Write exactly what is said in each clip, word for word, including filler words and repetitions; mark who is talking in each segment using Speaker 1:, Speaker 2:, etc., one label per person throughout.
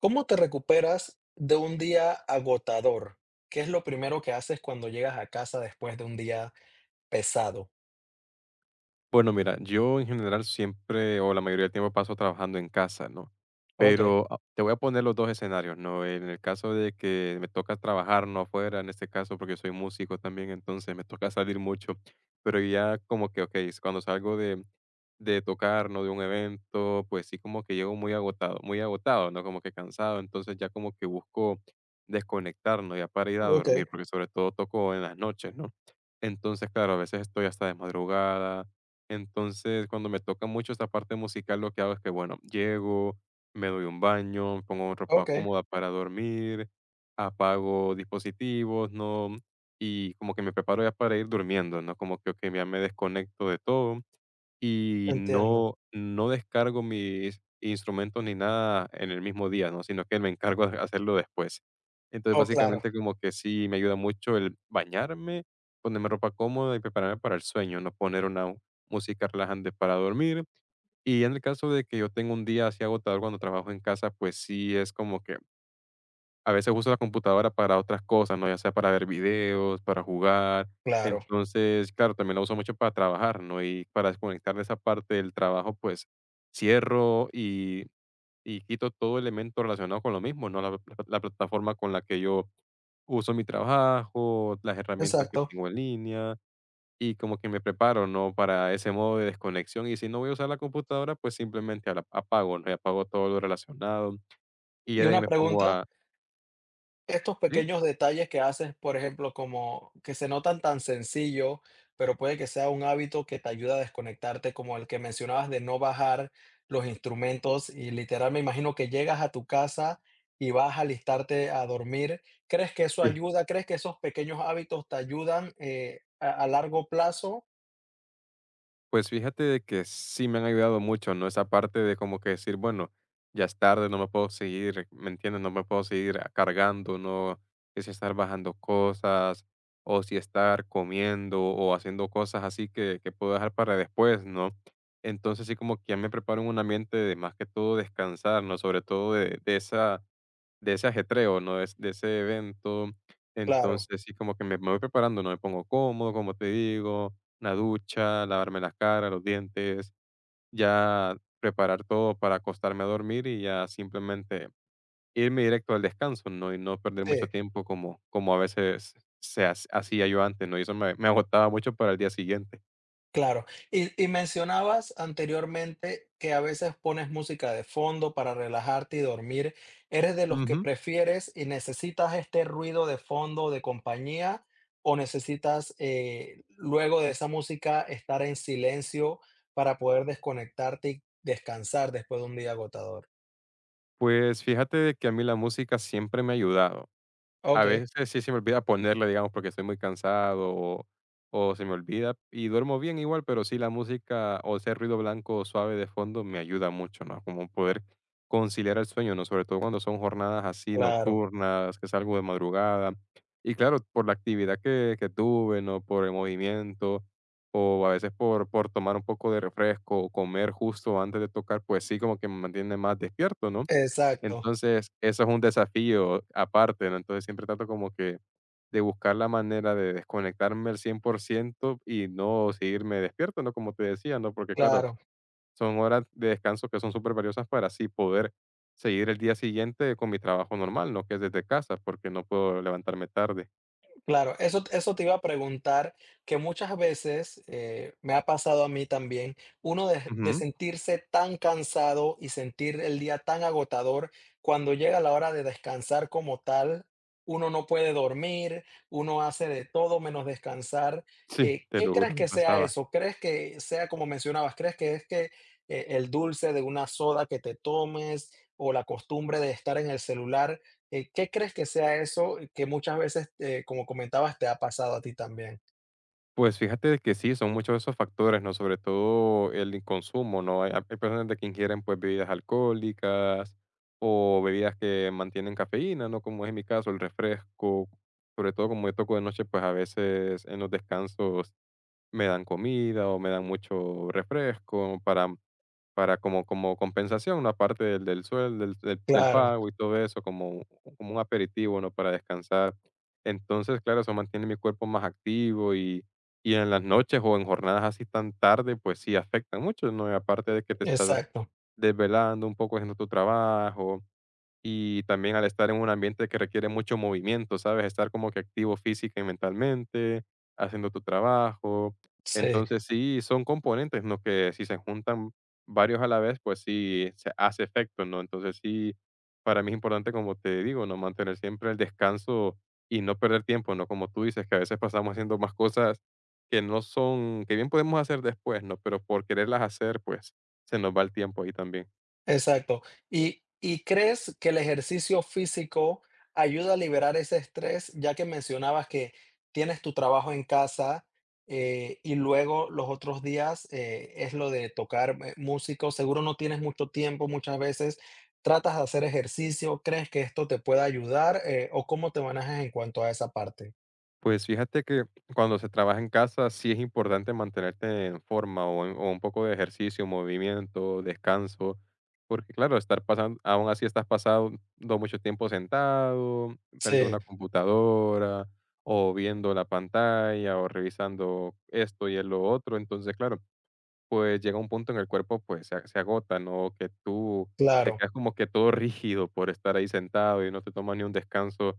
Speaker 1: ¿Cómo te recuperas de un día agotador? ¿Qué es lo primero que haces cuando llegas a casa después de un día pesado?
Speaker 2: Bueno, mira, yo en general siempre o la mayoría del tiempo paso trabajando en casa, ¿no?
Speaker 1: Okey,
Speaker 2: Pero ah, te voy a poner los dos escenarios, ¿no? En el caso de que me toca trabajar, no afuera, en este caso porque soy músico también, entonces me toca salir mucho, pero ya como que, ok, es cuando salgo de, de tocar, ¿no? De un evento, pues sí como que llego muy agotado, muy agotado, ¿no? Como que cansado, entonces ya como que busco desconectarnos ya para ir a
Speaker 1: okey,
Speaker 2: dormir, porque sobre todo toco en las noches, ¿no? Entonces, claro, a veces estoy hasta de madrugada entonces, cuando me toca mucho esta parte musical, lo que hago es que, bueno, llego, me doy un baño, me pongo ropa
Speaker 1: okey,
Speaker 2: cómoda para dormir, apago dispositivos, ¿no? Y como que me preparo ya para ir durmiendo, ¿no? Como que ok, ya me desconecto de todo y
Speaker 1: entiendo.
Speaker 2: no no descargo mis instrumentos ni nada en el mismo día, ¿no? Sino que me encargo de hacerlo después. Entonces,
Speaker 1: Oh, claro,
Speaker 2: básicamente, como que sí me ayuda mucho el bañarme, ponerme ropa cómoda y prepararme para el sueño, no poner una música relajante para dormir. Y en el caso de que yo tenga un día así agotador cuando trabajo en casa, pues sí es como que a veces uso la computadora para otras cosas, ¿no? Ya sea para ver videos, para jugar.
Speaker 1: claro,
Speaker 2: Entonces, claro, también la uso mucho para trabajar, ¿no? Y para desconectar de esa parte del trabajo, pues cierro y, y quito todo elemento relacionado con lo mismo, ¿no? La, pla- la plataforma con la que yo uso mi trabajo, las herramientas que
Speaker 1: exacto.
Speaker 2: tengo en línea y como que me preparo, ¿no? Para ese modo de desconexión. Y si no voy a usar la computadora, pues simplemente ala- apago, ¿no? Y apago todo lo relacionado y
Speaker 1: Y
Speaker 2: ya de ahí
Speaker 1: una
Speaker 2: me pongo
Speaker 1: pregunta.
Speaker 2: a...
Speaker 1: Estos
Speaker 2: ¿Sí?
Speaker 1: pequeños detalles que haces, por ejemplo, como que se notan tan sencillo, pero puede que sea un hábito que te ayuda a desconectarte, como el que mencionabas de no bajar los instrumentos y literal me imagino que llegas a tu casa y vas a alistarte a dormir. ¿Crees que eso
Speaker 2: Sí.
Speaker 1: ayuda? ¿Crees que esos pequeños hábitos te ayudan eh, a, a, largo plazo?
Speaker 2: Pues fíjate de que sí me han ayudado mucho, ¿no? Esa parte de como que decir, bueno, ya es tarde, no me puedo seguir, ¿me entiendes? No me puedo seguir a- cargando, ¿no? Que si estar bajando cosas, o si estar comiendo o haciendo cosas así que, que puedo dejar para después, ¿no? Entonces sí como que ya me preparo en un ambiente de más que todo descansar, ¿no? Sobre todo de, de esa de ese ajetreo, ¿no? Es de ese evento.
Speaker 1: Claro,
Speaker 2: Entonces, sí, como que me me voy preparando, ¿no? Me pongo cómodo, como te digo, una ducha, lavarme la cara, los dientes, ya preparar todo para acostarme a dormir y ya simplemente irme directo al descanso, ¿no? Y no perder mucho
Speaker 1: sí.
Speaker 2: tiempo como como a veces se hac hacía yo antes, ¿no? Y eso me me agotaba mucho para el día siguiente.
Speaker 1: Claro. Y, y mencionabas anteriormente que a veces pones música de fondo para relajarte y dormir. ¿Eres de los que
Speaker 2: Ujú.
Speaker 1: prefieres y necesitas este ruido de fondo de compañía o necesitas eh, luego de esa música estar en silencio para poder desconectarte y descansar después de un día agotador?
Speaker 2: Pues, fíjate de que a mí la música siempre me ha ayudado. A
Speaker 1: Ok,
Speaker 2: veces sí se me olvida ponerle, digamos, porque estoy muy cansado o, o se me olvida y duermo bien igual, pero sí la música o ese ruido blanco suave de fondo me ayuda mucho, ¿no? Como poder conciliar el sueño, ¿no? Sobre todo cuando son jornadas así
Speaker 1: claro.
Speaker 2: nocturnas, que salgo de madrugada. Y claro, por la actividad que, que tuve, ¿no? Por el movimiento o a veces por, por tomar un poco de refresco o comer justo antes de tocar, pues sí como que me mantiene más despierto, ¿no?
Speaker 1: Exacto,
Speaker 2: Entonces, eso es un desafío aparte, ¿no? Entonces, siempre trato como que de buscar la manera de desconectarme al cien por ciento y no seguirme despierto, ¿no? Como te decía, ¿no? Porque claro,
Speaker 1: claro.
Speaker 2: son horas de descanso que son súper valiosas para así poder seguir el día siguiente con mi trabajo normal, ¿no? Que es desde casa, porque no puedo levantarme tarde.
Speaker 1: Claro, eso, eso te iba a preguntar, que muchas veces eh, me ha pasado a mí también, uno de, de
Speaker 2: Ujú.
Speaker 1: sentirse tan cansado y sentir el día tan agotador, cuando llega la hora de descansar como tal, uno no puede dormir, uno hace de todo menos descansar.
Speaker 2: Sí,
Speaker 1: Eh,
Speaker 2: te
Speaker 1: ¿qué
Speaker 2: lo juro,
Speaker 1: crees
Speaker 2: me
Speaker 1: que sea
Speaker 2: pasaba.
Speaker 1: eso? ¿Crees que sea como mencionabas? ¿Crees que es que eh, el dulce de una soda que te tomes o la costumbre de estar en el celular? Eh, ¿qué crees que sea eso que muchas veces, eh, como comentabas, te ha pasado a ti también?
Speaker 2: Pues fíjate que sí, son muchos de esos factores, ¿no? Sobre todo el consumo, ¿no? Hay, hay personas de que ingieren pues bebidas alcohólicas o bebidas que mantienen cafeína, ¿no? Como es en mi caso, el refresco. Sobre todo como yo toco de noche, pues a veces en los descansos me dan comida o me dan mucho refresco para para como como compensación, una parte del del sueldo, del del del
Speaker 1: Claro,
Speaker 2: pago y todo eso, como un- como un aperitivo, ¿no?, para descansar. Entonces, claro, eso mantiene mi cuerpo más activo y y en las noches o en jornadas así tan tarde, pues sí afectan mucho, ¿no? Y aparte de que te estás
Speaker 1: exacto.
Speaker 2: desvelando un poco haciendo tu trabajo, y también al estar en un ambiente que requiere mucho movimiento, ¿sabes? Estar como que activo física y mentalmente, haciendo tu trabajo.
Speaker 1: Sí,
Speaker 2: Entonces sí, son componentes, ¿no? Que si se juntan varios a la vez, pues sí se hace efecto, ¿no? Entonces sí, para mí es importante, como te digo, ¿no? Mantener siempre el descanso y no perder tiempo, ¿no? Como tú dices, que a veces pasamos haciendo más cosas que no son, que bien podemos hacer después, ¿no? Pero por quererlas hacer, pues se nos va el tiempo ahí también.
Speaker 1: exacto. ¿Y y crees que el ejercicio físico ayuda a liberar ese estrés? Ya que mencionabas que tienes tu trabajo en casa, eh, y luego los otros días, eh, es lo de tocar, eh, músicos. Seguro no tienes mucho tiempo muchas veces. ¿Tratas de hacer ejercicio? ¿Crees que esto te pueda ayudar? Eh, ¿o cómo te manejas en cuanto a esa parte?
Speaker 2: Pues fíjate que cuando se trabaja en casa sí es importante mantenerte en forma o, en- o un poco de ejercicio, movimiento, descanso, porque claro, estar pasando, aún así estás pasando mucho tiempo sentado frente a
Speaker 1: Sí.
Speaker 2: una computadora o viendo la pantalla o revisando esto y el lo otro, entonces claro, pues llega un punto en el cuerpo pues se, a- se agota, ¿no? Que tú te
Speaker 1: Claro,
Speaker 2: quedas como que todo rígido por estar ahí sentado y no te tomas ni un descanso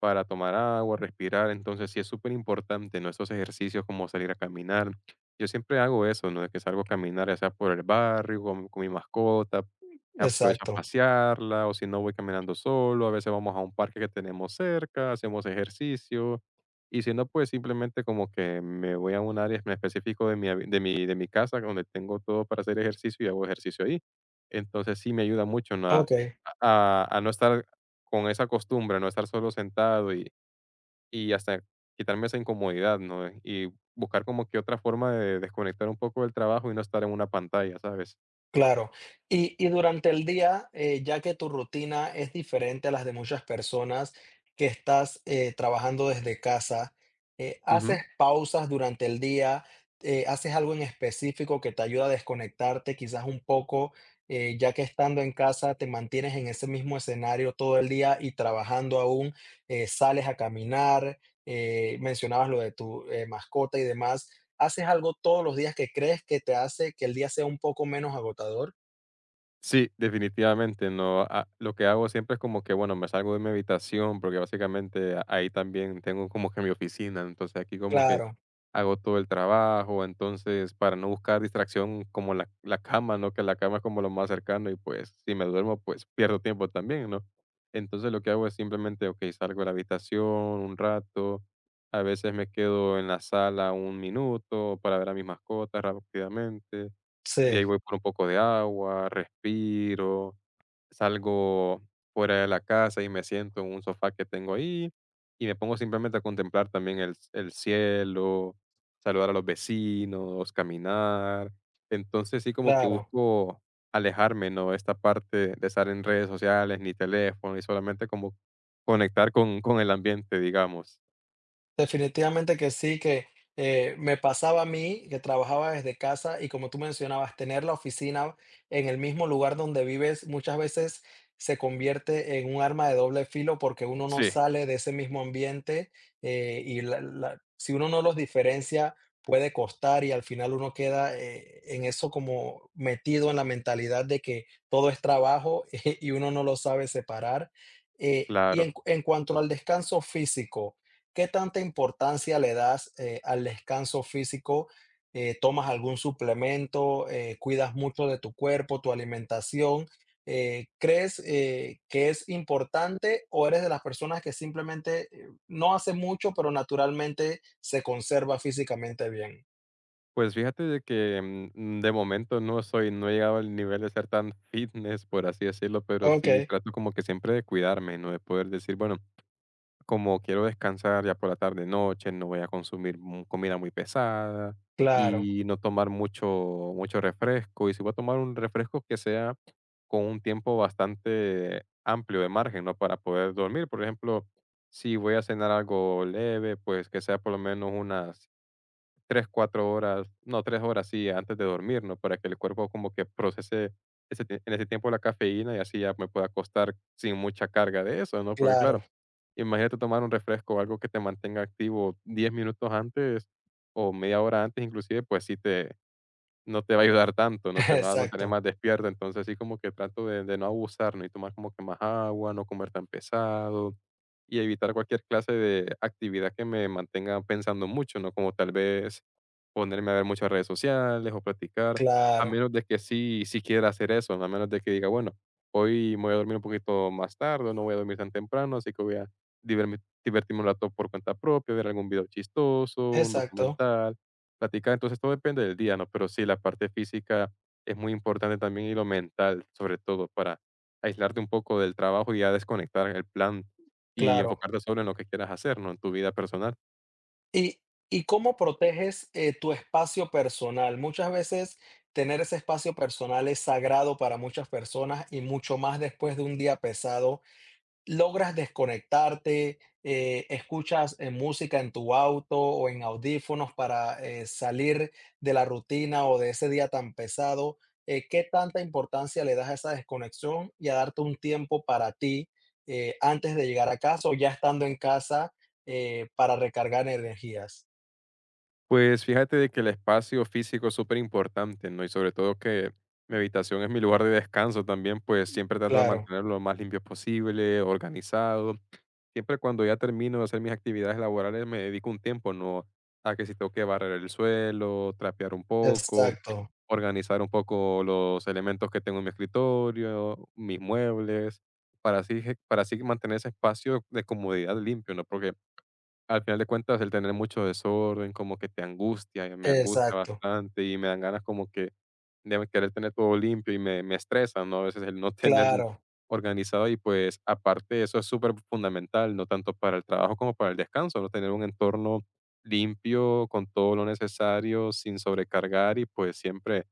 Speaker 2: para tomar agua, respirar. Entonces, sí es súper importante, ¿no? Estos ejercicios como salir a caminar. Yo siempre hago eso, ¿no? De que salgo a caminar, ya sea por el barrio, con, con mi mascota, aprovecho a
Speaker 1: exacto.
Speaker 2: pasearla, o si no voy caminando solo, a veces vamos a un parque que tenemos cerca, hacemos ejercicio. Y si no, pues simplemente como que me voy a un área en específico de mi, habi- de mi, de mi casa, donde tengo todo para hacer ejercicio y hago ejercicio ahí. Entonces sí me ayuda mucho, ¿no? a,
Speaker 1: Okey,
Speaker 2: a- a no estar con esa costumbre, no estar solo sentado y y hasta quitarme esa incomodidad, ¿no? Y buscar como que otra forma de desconectar un poco del trabajo y no estar en una pantalla, ¿sabes?
Speaker 1: claro. Y y durante el día, eh, ya que tu rutina es diferente a las de muchas personas que estás, eh, trabajando desde casa, eh,
Speaker 2: Ujú.
Speaker 1: ¿haces pausas durante el día? Eh, ¿haces algo en específico que te ayuda a desconectarte quizás un poco, eh, ya que estando en casa te mantienes en ese mismo escenario todo el día y trabajando aún, eh, ¿sales a caminar? Eh, mencionabas lo de tu, eh, mascota y demás. ¿Haces algo todos los días que crees que te hace que el día sea un poco menos agotador?
Speaker 2: Sí, definitivamente, no, ah, lo que hago siempre es como que, bueno, me salgo de mi habitación, porque básicamente a- ahí también tengo como que mi oficina, entonces aquí como que
Speaker 1: Claro,
Speaker 2: hago todo el trabajo, entonces para no buscar distracción como la, la cama, ¿no? Que la cama es como lo más cercano y pues si me duermo, pues pierdo tiempo también, ¿no? Entonces lo que hago es simplemente, ok, salgo de la habitación un rato, a veces me quedo en la sala un minuto para ver a mis mascotas rápidamente de ahí
Speaker 1: sí,
Speaker 2: voy por un poco de agua, respiro, salgo fuera de la casa y me siento en un sofá que tengo ahí y me pongo simplemente a contemplar también el, el cielo, saludar a los vecinos, caminar. Entonces sí como que
Speaker 1: claro.
Speaker 2: busco alejarme, ¿no? Esta parte de estar en redes sociales, ni teléfono, y solamente como conectar con, con el ambiente, digamos.
Speaker 1: Definitivamente que sí, que eh, me pasaba a mí, que trabajaba desde casa y como tú mencionabas, tener la oficina en el mismo lugar donde vives muchas veces se convierte en un arma de doble filo porque uno no
Speaker 2: Sí,
Speaker 1: sale de ese mismo ambiente eh, y la- la- si uno no los diferencia puede costar y al final uno queda eh, en eso como metido en la mentalidad de que todo es trabajo y uno no lo sabe separar. Eh, y en
Speaker 2: claro.
Speaker 1: en cuanto al descanso físico, ¿qué tanta importancia le das eh, al descanso físico? Eh, ¿tomas algún suplemento? Eh, ¿cuidas mucho de tu cuerpo, tu alimentación? Eh, ¿crees eh, que es importante o eres de las personas que simplemente eh, no hace mucho, pero naturalmente se conserva físicamente bien?
Speaker 2: Pues fíjate de que, mm, mm, de momento no soy no he llegado al nivel de ser tan fitness, por así decirlo, pero
Speaker 1: Ok,
Speaker 2: sí trato como que siempre de cuidarme, ¿no? De poder decir, bueno, como quiero descansar ya por la tarde, noche, no voy a consumir mu- comida muy pesada
Speaker 1: claro,
Speaker 2: y no tomar mucho mucho refresco. Y si voy a tomar un refresco que sea con un tiempo bastante amplio de margen, ¿no? Para poder dormir. Por ejemplo, si voy a cenar algo leve, pues que sea por lo menos unas tres cuatro horas, no, tres horas, sí, antes de dormir, ¿no? Para que el cuerpo como que procese ese tie en ese tiempo la cafeína y así ya me pueda acostar sin mucha carga de eso, ¿no? Porque, claro,
Speaker 1: claro,
Speaker 2: imagínate tomar un refresco o algo que te mantenga activo diez minutos antes o media hora antes, inclusive, pues sí te no te va a ayudar tanto, no te va a mantener
Speaker 1: exacto,
Speaker 2: más despierto, entonces sí como que trato de de no abusar, ¿no? Y tomar como que más agua, no comer tan pesado y evitar cualquier clase de actividad que me mantenga pensando mucho, ¿no? Como tal vez ponerme a ver muchas redes sociales o platicar, a
Speaker 1: claro,
Speaker 2: menos de que sí sí quiera hacer eso, ¿no? a menos de que diga, bueno, hoy me voy a dormir un poquito más tarde, no voy a dormir tan temprano, así que voy a divermi divertirme un rato por cuenta propia, ver algún video chistoso, un
Speaker 1: exacto,
Speaker 2: documental. Platicar, entonces todo depende del día, ¿no? Pero sí, la parte física es muy importante también y lo mental, sobre todo, para aislarte un poco del trabajo y ya desconectar el plan y
Speaker 1: claro.
Speaker 2: enfocarte solo en lo que quieras hacer, ¿no? En tu vida personal.
Speaker 1: ¿Y y cómo proteges, eh, tu espacio personal? Muchas veces tener ese espacio personal es sagrado para muchas personas y mucho más después de un día pesado logras desconectarte, eh, escuchas eh, música en tu auto o en audífonos para eh, salir de la rutina o de ese día tan pesado, eh, ¿qué tanta importancia le das a esa desconexión y a darte un tiempo para ti eh, antes de llegar a casa o ya estando en casa eh, para recargar energías?
Speaker 2: Pues fíjate de que el espacio físico es súper importante, ¿no? Y sobre todo que mi habitación es mi lugar de descanso también, pues siempre trato de
Speaker 1: Claro,
Speaker 2: mantenerlo lo más limpio posible, organizado. Siempre cuando ya termino de hacer mis actividades laborales me dedico un tiempo, ¿no? A que si tengo que barrer el suelo, trapear un poco,
Speaker 1: exacto,
Speaker 2: organizar un poco los elementos que tengo en mi escritorio, mis muebles, para así, para así mantener ese espacio de comodidad limpio, ¿no? Porque al final de cuentas, el tener mucho desorden como que te angustia, y me angustia
Speaker 1: exacto,
Speaker 2: bastante y me dan ganas como que de querer tener todo limpio y me, me estresa, ¿no? A veces el no tener
Speaker 1: claro,
Speaker 2: organizado y pues aparte eso es súper fundamental, no tanto para el trabajo como para el descanso, ¿no? Tener un entorno limpio con todo lo necesario sin sobrecargar y pues siempre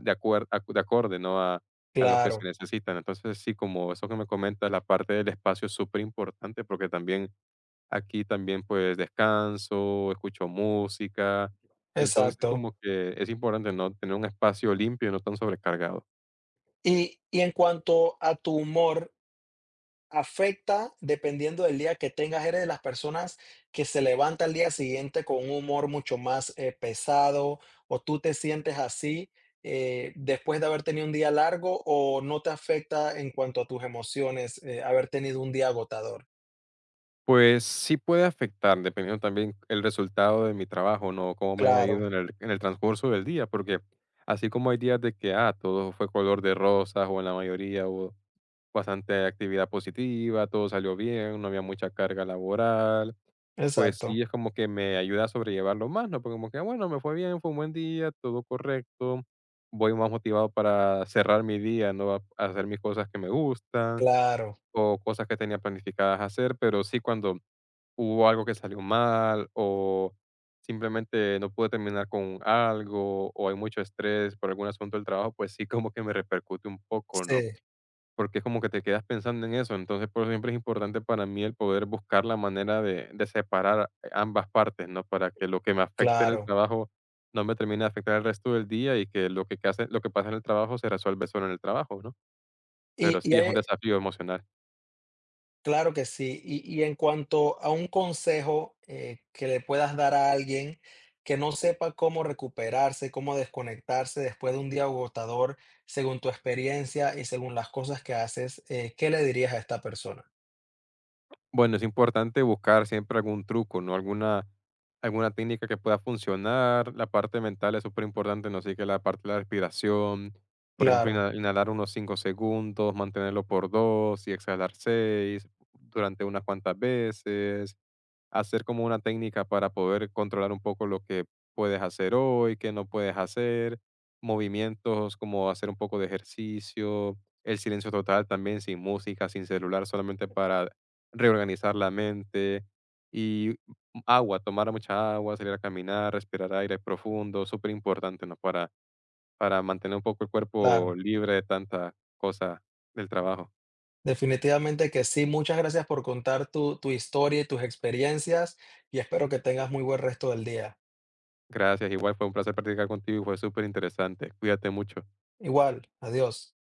Speaker 2: de acuer acu de acorde, ¿no? A a lo que se
Speaker 1: claro,
Speaker 2: necesitan. Entonces, sí, como eso que me comentas, la parte del espacio es súper importante porque también aquí también, pues, descanso, escucho música. Entonces,
Speaker 1: exacto.
Speaker 2: como que es importante, ¿no? Tener un espacio limpio y no tan sobrecargado.
Speaker 1: Y, y en cuanto a tu humor, afecta dependiendo del día que tengas. ¿Eres de las personas que se levanta al día siguiente con un humor mucho más eh, pesado o tú te sientes así eh, después de haber tenido un día largo, o no te afecta en cuanto a tus emociones eh, haber tenido un día agotador?
Speaker 2: Pues sí puede afectar, dependiendo también el resultado de mi trabajo, ¿no? Cómo me haya
Speaker 1: Claro,
Speaker 2: ido en el, en el transcurso del día, porque así como hay días de que, ah, todo fue color de rosas o en la mayoría hubo bastante actividad positiva, todo salió bien, no había mucha carga laboral, pues sí
Speaker 1: exacto,
Speaker 2: es como que me ayuda a sobrellevarlo más, ¿no? Porque como que, bueno, me fue bien, fue un buen día, todo correcto, voy más motivado para cerrar mi día, ¿no? A, a hacer mis cosas que me gustan
Speaker 1: claro,
Speaker 2: o cosas que tenía planificadas hacer, pero sí cuando hubo algo que salió mal o simplemente no pude terminar con algo o hay mucho estrés por algún asunto del trabajo, pues sí como que me repercute un poco, ¿no?
Speaker 1: sí,
Speaker 2: Porque es como que te quedas pensando en eso, entonces por eso siempre es importante para mí el poder buscar la manera de, de separar ambas partes, ¿no? Para que lo que me afecte en el
Speaker 1: claro.
Speaker 2: trabajo no me termine de afectar el resto del día y que lo que, que hace, lo que pasa en el trabajo se resuelve solo en el trabajo, ¿no? Pero
Speaker 1: Y, y
Speaker 2: sí es un
Speaker 1: hay-
Speaker 2: desafío emocional.
Speaker 1: Claro que sí. Y, y en cuanto a un consejo eh, que le puedas dar a alguien que no sepa cómo recuperarse, cómo desconectarse después de un día agotador, según tu experiencia y según las cosas que haces, eh, ¿qué le dirías a esta persona?
Speaker 2: Bueno, es importante buscar siempre algún truco, ¿no? Alguna, alguna técnica que pueda funcionar. La parte mental es súper importante, ¿no? Así que la parte de la respiración, por ejemplo,
Speaker 1: Claro,
Speaker 2: inha- inhalar unos cinco segundos, mantenerlo por dos y exhalar seis durante unas cuantas veces hacer como una técnica para poder controlar un poco lo que puedes hacer hoy, qué no puedes hacer, movimientos como hacer un poco de ejercicio, el silencio total también sin música, sin celular, solamente para reorganizar la mente y agua, tomar mucha agua, salir a caminar, respirar aire profundo, súper importante, ¿no? Para, para mantener un poco el cuerpo
Speaker 1: claro.
Speaker 2: libre de tanta cosa del trabajo.
Speaker 1: Definitivamente que sí. Muchas gracias por contar tu, tu, historia y tus experiencias y espero que tengas muy buen resto del día.
Speaker 2: Gracias, igual fue un placer platicar contigo y fue súper interesante. Cuídate mucho.
Speaker 1: Igual, adiós.